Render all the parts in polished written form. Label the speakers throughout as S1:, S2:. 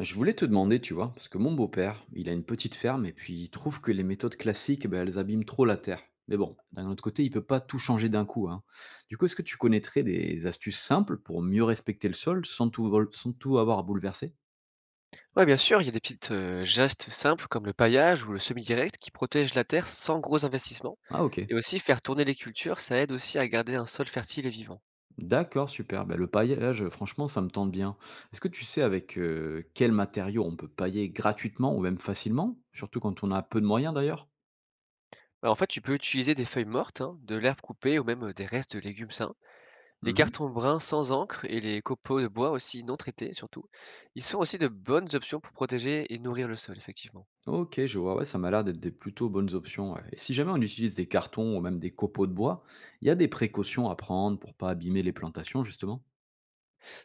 S1: Je voulais te demander, tu vois, parce que mon beau-père, il a une petite ferme et puis il trouve que les méthodes classiques, ben, elles abîment trop la terre. Mais bon, d'un autre côté, il peut pas tout changer d'un coup, hein. Du coup, est-ce que tu connaîtrais des astuces simples pour mieux respecter le sol sans sans tout avoir à bouleverser?
S2: Ouais, bien sûr, il y a des petites gestes simples comme le paillage ou le semi-direct qui protègent la terre sans gros investissements.
S1: Ah ok,
S2: Et aussi faire tourner les cultures, ça aide aussi à garder un sol fertile et vivant.
S1: d'accord, super. Ben, le paillage, franchement, ça me tente bien. Est-ce que tu sais avec quels matériaux on peut pailler gratuitement ou même facilement? Surtout quand on a peu de moyens d'ailleurs.
S2: Bah, en fait, tu peux utiliser des feuilles mortes, hein, de l'herbe coupée ou même des restes de légumes sains. Les cartons bruns sans encre et les copeaux de bois aussi non traités surtout, ils sont aussi de bonnes options pour protéger et nourrir le sol, effectivement.
S1: Ok, je vois, ouais, ça m'a l'air d'être des plutôt bonnes options, ouais. Et si jamais on utilise des cartons ou même des copeaux de bois, il y a des précautions à prendre pour pas abîmer les plantations, justement?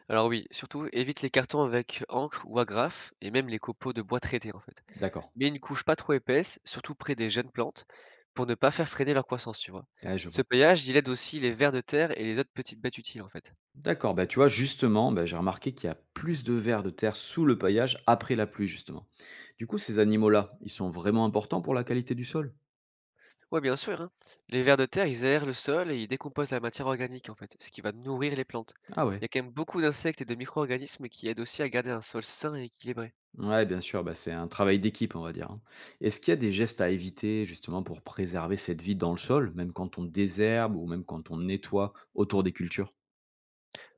S2: Alors oui, surtout évite les cartons avec encre ou agrafe et même les copeaux de bois traités en fait.
S1: D'accord.
S2: Mets une couche pas trop épaisse, surtout près des jeunes plantes, pour ne pas faire freiner leur croissance, tu vois?
S1: Ouais, je
S2: Ce
S1: vois.
S2: paillage, il aide aussi les vers de terre et les autres petites bêtes utiles, en fait.
S1: D'accord, bah tu vois, justement, bah, j'ai remarqué qu'il y a plus de vers de terre sous le paillage après la pluie, justement. Du coup, ces animaux-là, ils sont vraiment importants pour la qualité du sol?
S2: Ouais, bien sûr, hein. Les vers de terre, ils aèrent le sol et ils décomposent la matière organique, en fait, ce qui va nourrir les plantes.
S1: Ah
S2: Il
S1: ouais.
S2: y a quand même beaucoup d'insectes et de micro-organismes qui aident aussi à garder un sol sain et équilibré.
S1: Ouais, bien sûr, bah, c'est un travail d'équipe, on va dire, hein. Est-ce qu'il y a des gestes à éviter, justement, pour préserver cette vie dans le sol, même quand on désherbe ou même quand on nettoie autour des cultures?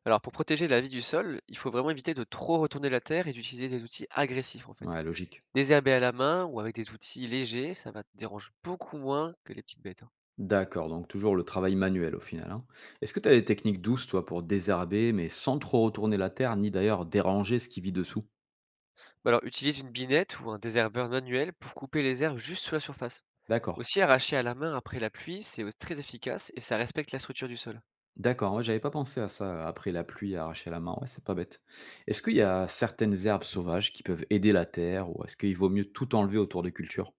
S2: Alors, pour protéger la vie du sol, il faut vraiment éviter de trop retourner la terre et d'utiliser des outils agressifs, en fait.
S1: Ouais, logique.
S2: Désherber à la main ou avec des outils légers, ça va te dérange beaucoup moins que les petites bêtes.
S1: D'accord, donc toujours le travail manuel au final, hein. Est-ce que tu as des techniques douces, toi, pour désherber, mais sans trop retourner la terre, ni d'ailleurs déranger ce qui vit dessous?
S2: Bah alors, utilise une binette ou un désherbeur manuel pour couper les herbes juste sous la surface.
S1: D'accord.
S2: Aussi, arracher à la main après la pluie, très efficace et ça respecte la structure du sol.
S1: D'accord, ouais, j'avais pas pensé à ça, après la pluie, arracher la main, ouais, c'est pas bête. Est-ce qu'il y a certaines herbes sauvages qui peuvent aider la terre, ou est-ce qu'il vaut mieux tout enlever autour de cultures?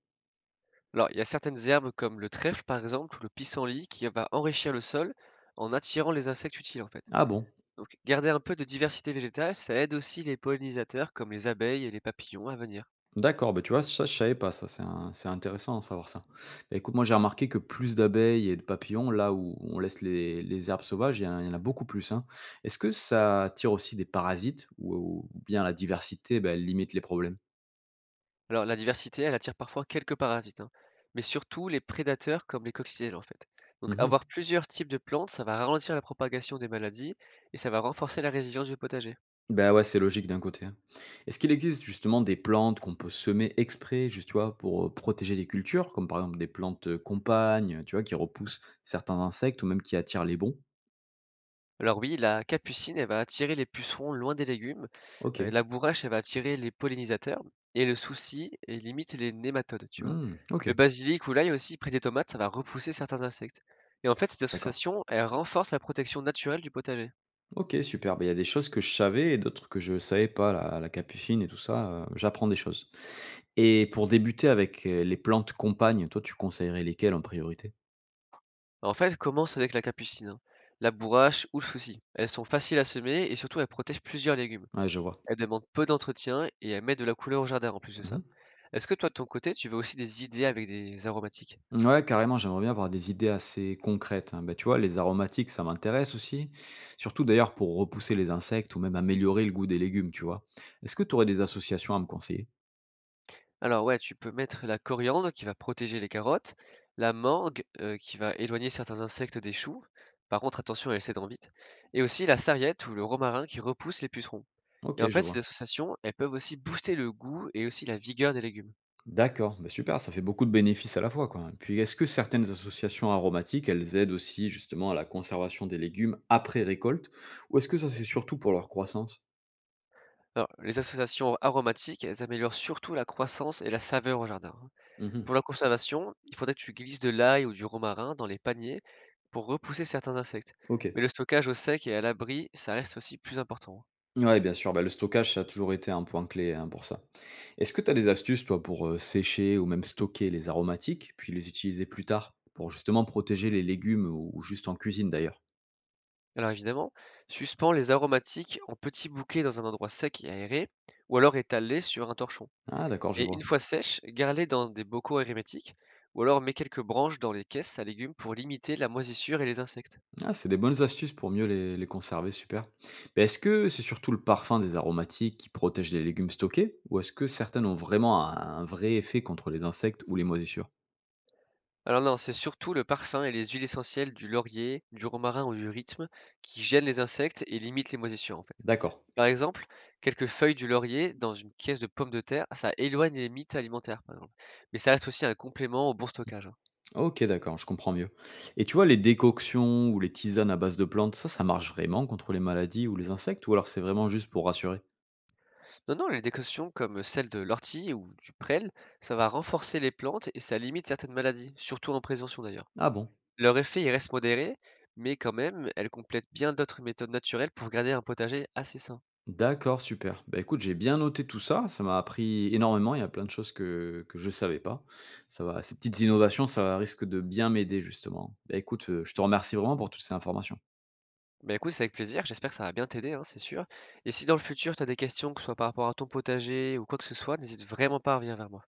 S2: Alors, il y a certaines herbes comme le trèfle par exemple ou le pissenlit qui va enrichir le sol en attirant les insectes utiles en fait.
S1: Ah bon?
S2: Donc, garder un peu de diversité végétale, ça aide aussi les pollinisateurs comme les abeilles et les papillons à venir.
S1: D'accord, bah, tu vois, ça, je savais pas ça, c'est un c'est intéressant de savoir ça. Bah, écoute, moi j'ai remarqué que plus d'abeilles et de papillons, là où on laisse les herbes sauvages, il y en a beaucoup plus, hein. Est-ce que ça attire aussi des parasites ou bien la diversité, bah, elle limite les problèmes?
S2: Alors, la diversité, elle attire parfois quelques parasites, hein, mais surtout les prédateurs comme les coccinelles en fait. Donc,
S1: Mhm.
S2: avoir plusieurs types de plantes, ça va ralentir la propagation des maladies et ça va renforcer la résilience du potager.
S1: Bah ouais, c'est logique d'un côté, hein. Est-ce qu'il existe justement des plantes qu'on peut semer exprès, juste, tu vois, pour protéger les cultures, comme par exemple des plantes compagnes, tu vois, qui repoussent certains insectes ou même qui attirent les bons?
S2: Alors oui, la capucine, elle va attirer les pucerons loin des légumes,
S1: Ok.
S2: la bourrache, elle va attirer les pollinisateurs et le souci, elle limite les nématodes, tu vois.
S1: Hmm, ok,
S2: Le basilic ou l'ail aussi, près des tomates, ça va repousser certains insectes. Et en fait, cette
S1: d'accord.
S2: association, elle renforce la protection naturelle du potager.
S1: OK, super. Ben il y a des choses que je savais et d'autres que je savais pas, la capucine et tout ça, j'apprends des choses. Et pour débuter avec, les plantes compagnes, toi, tu conseillerais lesquelles en priorité?
S2: Bah, en fait, commence avec la capucine, hein, la bourrache ou le souci. Elles sont faciles à semer et surtout elles protègent plusieurs légumes.
S1: Ouais, je vois.
S2: Elles demandent peu d'entretien et elles mettent de la couleur au jardin en plus de ça.
S1: Mmh.
S2: Est-ce que toi de ton côté, tu veux aussi des idées avec des aromatiques?
S1: Ouais, carrément, j'aimerais bien avoir des idées assez concrètes, hein. Bah, tu vois, les aromatiques, ça m'intéresse aussi, surtout d'ailleurs pour repousser les insectes ou même améliorer le goût des légumes, tu vois? Est-ce que tu aurais des associations à me conseiller?
S2: Alors ouais, tu peux mettre la coriandre qui va protéger les carottes, la mangue qui va éloigner certains insectes des choux. Par contre, attention, elle s'étend vite. Et aussi la sarriette ou le romarin qui repousse les pucerons. Et en
S1: OK,
S2: fait,
S1: je
S2: ces
S1: vois.
S2: associations, elles peuvent aussi booster le goût et aussi la vigueur des légumes.
S1: D'accord, bah, super, ça fait beaucoup de bénéfices à la fois, quoi. Puis, est-ce que certaines associations aromatiques, elles aident aussi justement à la conservation des légumes après récolte, ou est-ce que ça c'est surtout pour leur croissance?
S2: Alors, les associations aromatiques, elles améliorent surtout la croissance et la saveur au jardin, hein.
S1: Mhm.
S2: Pour la conservation, il faudrait que tu glisses de l'ail ou du romarin dans les paniers pour repousser certains insectes.
S1: Ok.
S2: Mais le stockage au sec et à l'abri, ça reste aussi plus important, hein.
S1: Ouais, bien sûr, bah, le stockage, ça a toujours été un point clé hein, pour ça. Est-ce que tu as des astuces, toi, pour sécher ou même stocker les aromatiques, puis les utiliser plus tard, pour justement protéger les légumes ou juste en cuisine d'ailleurs?
S2: Alors évidemment, suspends les aromatiques en petits bouquets dans un endroit sec et aéré, ou alors étale-les sur un torchon.
S1: Ah, d'accord, je
S2: Et une
S1: vois.
S2: fois sèches, garde-les dans des bocaux hermétiques, ou alors mets quelques branches dans les caisses à légumes pour limiter la moisissure et les insectes.
S1: Ah, c'est des bonnes astuces pour mieux les conserver, super. Mais est-ce que c'est surtout le parfum des aromatiques qui protège les légumes stockés ou est-ce que certaines ont vraiment un vrai effet contre les insectes ou les moisissures?
S2: Alors non, c'est surtout le parfum et les huiles essentielles du laurier, du romarin ou du rythme qui gênent les insectes et limitent les moisissures en fait.
S1: D'accord.
S2: Par exemple, quelques feuilles du laurier dans une caisse de pommes de terre, ça éloigne les mites alimentaires par exemple. Mais ça reste aussi un complément au bon stockage, hein.
S1: Ok, d'accord, je comprends mieux. Et tu vois, les décoctions ou les tisanes à base de plantes, ça marche vraiment contre les maladies ou les insectes ou alors c'est vraiment juste pour rassurer?
S2: Non, non, les décoctions comme celle de l'ortie ou du prêle, ça va renforcer les plantes et ça limite certaines maladies, surtout en prévention d'ailleurs.
S1: Ah bon.
S2: Leur effet, il reste modéré, mais quand même, elles complètent bien d'autres méthodes naturelles pour garder un potager assez sain.
S1: D'accord, super. Bah, écoute, j'ai bien noté tout ça. Ça m'a appris énormément. Il y a plein de choses que je ne savais pas. Ça va, ces petites innovations, ça risque de bien m'aider, justement. Bah, écoute, je te remercie vraiment pour toutes ces informations.
S2: Bah, écoute, c'est avec plaisir, j'espère que ça va bien t'aider, hein, c'est sûr. Et si dans le futur, tu as des questions, que ce soit par rapport à ton potager ou quoi que ce soit, n'hésite vraiment pas à revenir vers moi.